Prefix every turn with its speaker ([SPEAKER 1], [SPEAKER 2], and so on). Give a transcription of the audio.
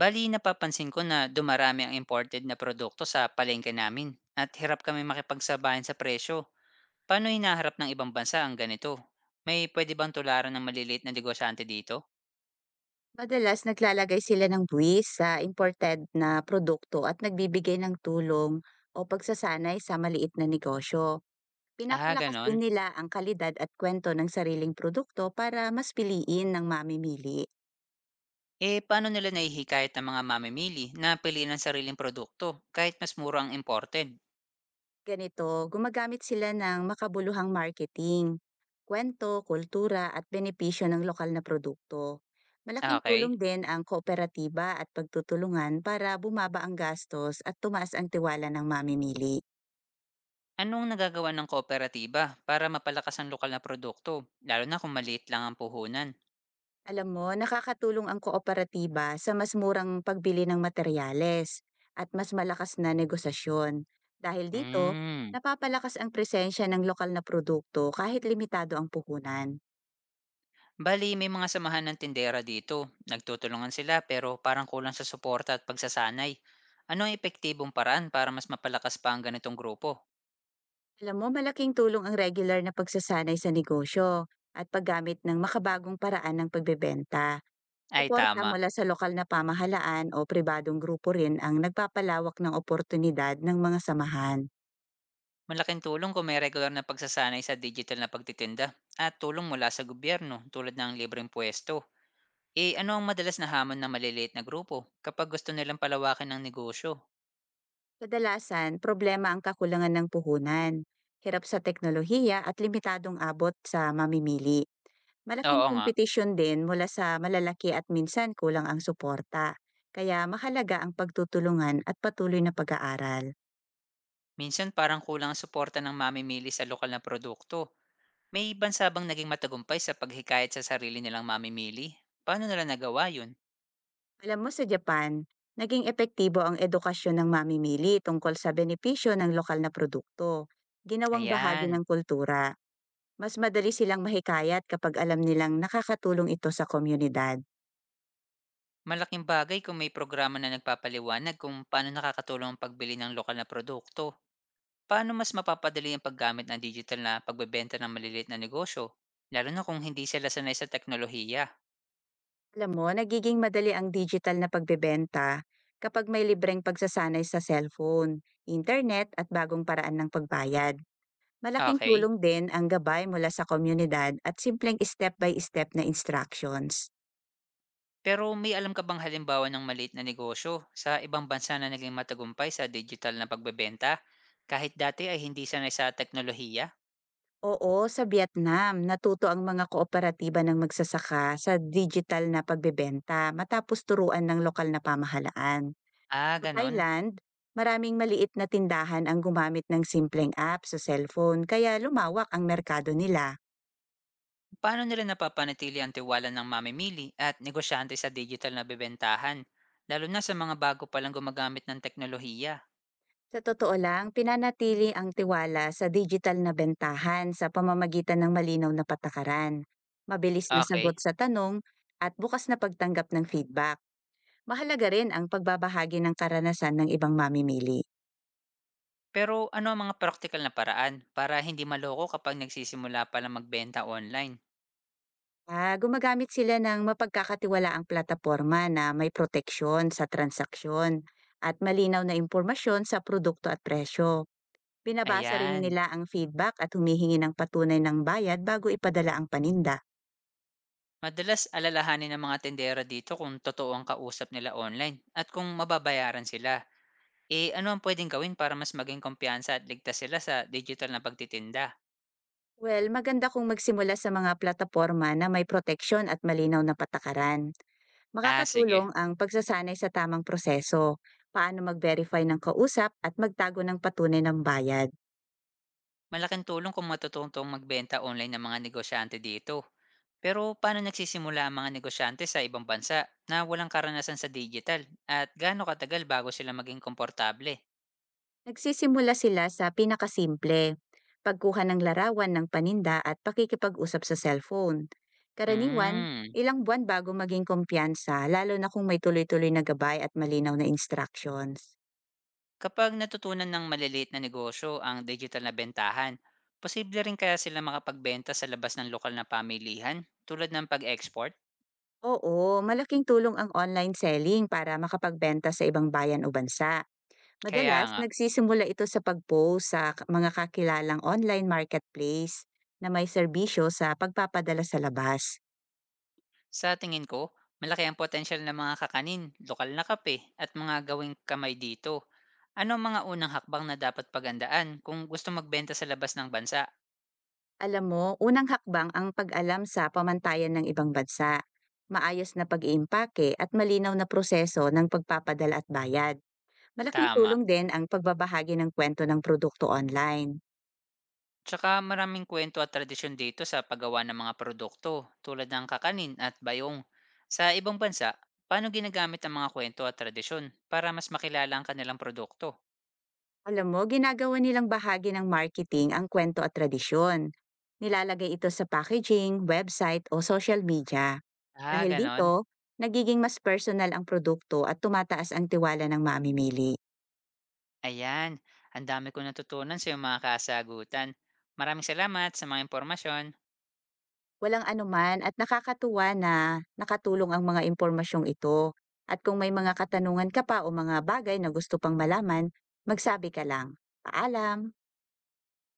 [SPEAKER 1] Bali, napapansin ko na dumarami ang imported na produkto sa palengke namin at hirap kami makipagsabayan sa presyo. Paano hinaharap ng ibang bansa ang ganito? May pwede bang tularan ng maliliit na negosyante dito?
[SPEAKER 2] Madalas naglalagay sila ng buwis sa imported na produkto at nagbibigay ng tulong o pagsasanay sa maliit na negosyo.
[SPEAKER 1] Ah,
[SPEAKER 2] Pinapalakas din
[SPEAKER 1] ganon.
[SPEAKER 2] nila ang kalidad at kwento ng sariling produkto para mas piliin ng mamimili.
[SPEAKER 1] Eh, paano nila naihikayat ng mga mamimili na piliin ang sariling produkto kahit mas mura ang imported?
[SPEAKER 2] Ganito, gumagamit sila ng makabuluhang marketing, kwento, kultura at benepisyo ng lokal na produkto.
[SPEAKER 1] Ah,
[SPEAKER 2] Malaking
[SPEAKER 1] okay.
[SPEAKER 2] tulong din ang kooperatiba at pagtutulungan para bumaba ang gastos at tumaas ang tiwala ng mamimili.
[SPEAKER 1] Anong nagagawa ng kooperatiba para mapalakas ang lokal na produkto, lalo na kung maliit lang ang puhunan?
[SPEAKER 2] Alam mo, nakakatulong ang kooperatiba sa mas murang pagbili ng materyales at mas malakas na negosasyon. Dahil dito,
[SPEAKER 1] Hmm.
[SPEAKER 2] napapalakas ang presensya ng lokal na produkto kahit limitado ang puhunan.
[SPEAKER 1] Bali may mga samahan ng tindera dito. Nagtutulungan sila pero parang kulang sa suporta at pagsasanay. Ano ang epektibong paraan para mas mapalakas pa ang ganitong grupo?
[SPEAKER 2] Alam mo, malaking tulong ang regular na pagsasanay sa negosyo at paggamit ng makabagong paraan ng pagbebenta.
[SPEAKER 1] Ay
[SPEAKER 2] Suporta
[SPEAKER 1] tama,
[SPEAKER 2] mula sa lokal na pamahalaan o pribadong grupo rin ang nagpapalawak ng oportunidad ng mga samahan.
[SPEAKER 1] malaking tulong kung may regular na pagsasanay sa digital na pagtitinda at tulong mula sa gobyerno tulad ng libreng pwesto. Eh ano ang madalas na hamon ng maliliit na grupo kapag gusto nilang palawakin ang negosyo?
[SPEAKER 2] Kadalasan, problema ang kakulangan ng puhunan, hirap sa teknolohiya at limitadong abot sa mamimili. Malaking
[SPEAKER 1] Oo nga,
[SPEAKER 2] kompetisyon din mula sa malalaki at minsan kulang ang suporta. Kaya mahalaga ang pagtutulungan at patuloy na pag-aaral.
[SPEAKER 1] minsan parang kulang ang suporta ng mamimili sa lokal na produkto. May bansa bang naging matagumpay sa paghikayat sa sarili nilang mamimili? Paano nila nagawa yun?
[SPEAKER 2] Alam mo, sa Japan, naging epektibo ang edukasyon ng mamimili tungkol sa benepisyo ng lokal na produkto. Ginawang bahagi
[SPEAKER 1] Ayan,
[SPEAKER 2] ng kultura. Mas madali silang mahikayat kapag alam nilang nakakatulong ito sa komunidad.
[SPEAKER 1] malaking bagay kung may programa na nagpapaliwanag kung paano nakakatulong ang pagbili ng lokal na produkto. Paano mas mapapadali ang paggamit ng digital na pagbebenta ng maliliit na negosyo? Lalo na kung hindi sila sanay sa teknolohiya.
[SPEAKER 2] Alam mo, nagiging madali ang digital na pagbebenta kapag may libreng pagsasanay sa cellphone, internet at bagong paraan ng pagbayad. Malaking
[SPEAKER 1] Okay,
[SPEAKER 2] tulong din ang gabay mula sa komunidad at simpleng step-by-step na instructions.
[SPEAKER 1] pero may alam ka bang halimbawa ng maliit na negosyo sa ibang bansa na naging matagumpay sa digital na pagbebenta? Kahit dati ay hindi sanay sa teknolohiya?
[SPEAKER 2] Oo, sa Vietnam, natuto ang mga kooperatiba ng magsasaka sa digital na pagbebenta matapos turuan ng lokal na pamahalaan.
[SPEAKER 1] Ah,
[SPEAKER 2] Sa
[SPEAKER 1] ganon.
[SPEAKER 2] Thailand, maraming maliit na tindahan ang gumamit ng simpleng app sa cellphone kaya lumawak ang merkado nila.
[SPEAKER 1] Paano nila napapanatili ang tiwala ng mamimili at negosyante sa digital na bebentahan, lalo na sa mga bago palang gumagamit ng teknolohiya?
[SPEAKER 2] Sa totoo lang, pinanatili ang tiwala sa digital na bentahan sa pamamagitan ng malinaw na patakaran, mabilis na sagot
[SPEAKER 1] Okay.
[SPEAKER 2] sa tanong, at bukas na pagtanggap ng feedback. Mahalaga rin ang pagbabahagi ng karanasan ng ibang mamimili.
[SPEAKER 1] Pero ano ang mga practical na paraan para hindi maloko kapag nagsisimula pa lang magbenta online?
[SPEAKER 2] Ah, gumagamit sila ng mapagkakatiwalaang plataporma na may proteksyon sa transaksyon at malinaw na impormasyon sa produkto at presyo. Binabasa rin
[SPEAKER 1] Ayan.
[SPEAKER 2] nila ang feedback at humihingi ng patunay ng bayad bago ipadala ang paninda.
[SPEAKER 1] Madalas alalahanin ng mga tendera dito kung totoo ang kausap nila online at kung mababayaran sila. Eh ano ang pwedeng gawin para mas maging kumpiyansa at ligtas sila sa digital na pagtitinda?
[SPEAKER 2] Well, maganda kung magsimula sa mga plataporma na may proteksyon at malinaw na patakaran.
[SPEAKER 1] Ah, sige.
[SPEAKER 2] Makakatulong ang pagsasanay sa tamang proseso, paano mag-verify ng kausap at magtago ng patunay ng bayad.
[SPEAKER 1] Malaking tulong kung matututong magbenta online ng mga negosyante dito. Pero paano nagsisimula ang mga negosyante sa ibang bansa na walang karanasan sa digital at gaano katagal bago sila maging komportable?
[SPEAKER 2] Nagsisimula sila sa pinakasimple, pagkuha ng larawan ng paninda at pakikipag-usap sa cellphone. Karaniwan,
[SPEAKER 1] Hmm.
[SPEAKER 2] ilang buwan bago maging kumpiyansa, lalo na kung may tuloy-tuloy na gabay at malinaw na instructions.
[SPEAKER 1] Kapag natutunan ng maliliit na negosyo ang digital na bentahan, posible rin kaya sila makapagbenta sa labas ng lokal na pamilihan tulad ng pag-export?
[SPEAKER 2] Oo, malaking tulong ang online selling para makapagbenta sa ibang bayan o bansa.
[SPEAKER 1] Kaya
[SPEAKER 2] Madalas,
[SPEAKER 1] nga,
[SPEAKER 2] nagsisimula ito sa pag-post sa mga kakilalang online marketplace na may serbisyo sa pagpapadala sa labas.
[SPEAKER 1] sa tingin ko, malaki ang potensyal ng mga kakanin, lokal na kape, at mga gawing kamay dito. Ano ang mga unang hakbang na dapat pagandaan kung gusto magbenta sa labas ng bansa?
[SPEAKER 2] Alam mo, unang hakbang ang pag-alam sa pamantayan ng ibang bansa, maayos na pag-iimpake at malinaw na proseso ng pagpapadala at bayad. Malaking
[SPEAKER 1] Tama.
[SPEAKER 2] tulong din ang pagbabahagi ng kwento ng produkto online.
[SPEAKER 1] Tsaka maraming kwento at tradisyon dito sa paggawa ng mga produkto tulad ng kakanin at bayong. Sa ibang bansa, paano ginagamit ang mga kwento at tradisyon para mas makilala ang kanilang produkto?
[SPEAKER 2] Alam mo, ginagawa nilang bahagi ng marketing ang kwento at tradisyon. Nilalagay ito sa packaging, website o social media.
[SPEAKER 1] Ah,
[SPEAKER 2] Dahil
[SPEAKER 1] ganon.
[SPEAKER 2] dito, nagiging mas personal ang produkto at tumataas ang tiwala ng mamimili.
[SPEAKER 1] Ayan, ang dami kong natutunan sa iyong mga kasagutan. Maraming salamat sa mga impormasyon.
[SPEAKER 2] Walang anuman at nakakatuwa na nakatulong ang mga impormasyong ito. At kung may mga katanungan ka pa o mga bagay na gusto pang malaman, magsabi ka lang. Paalam!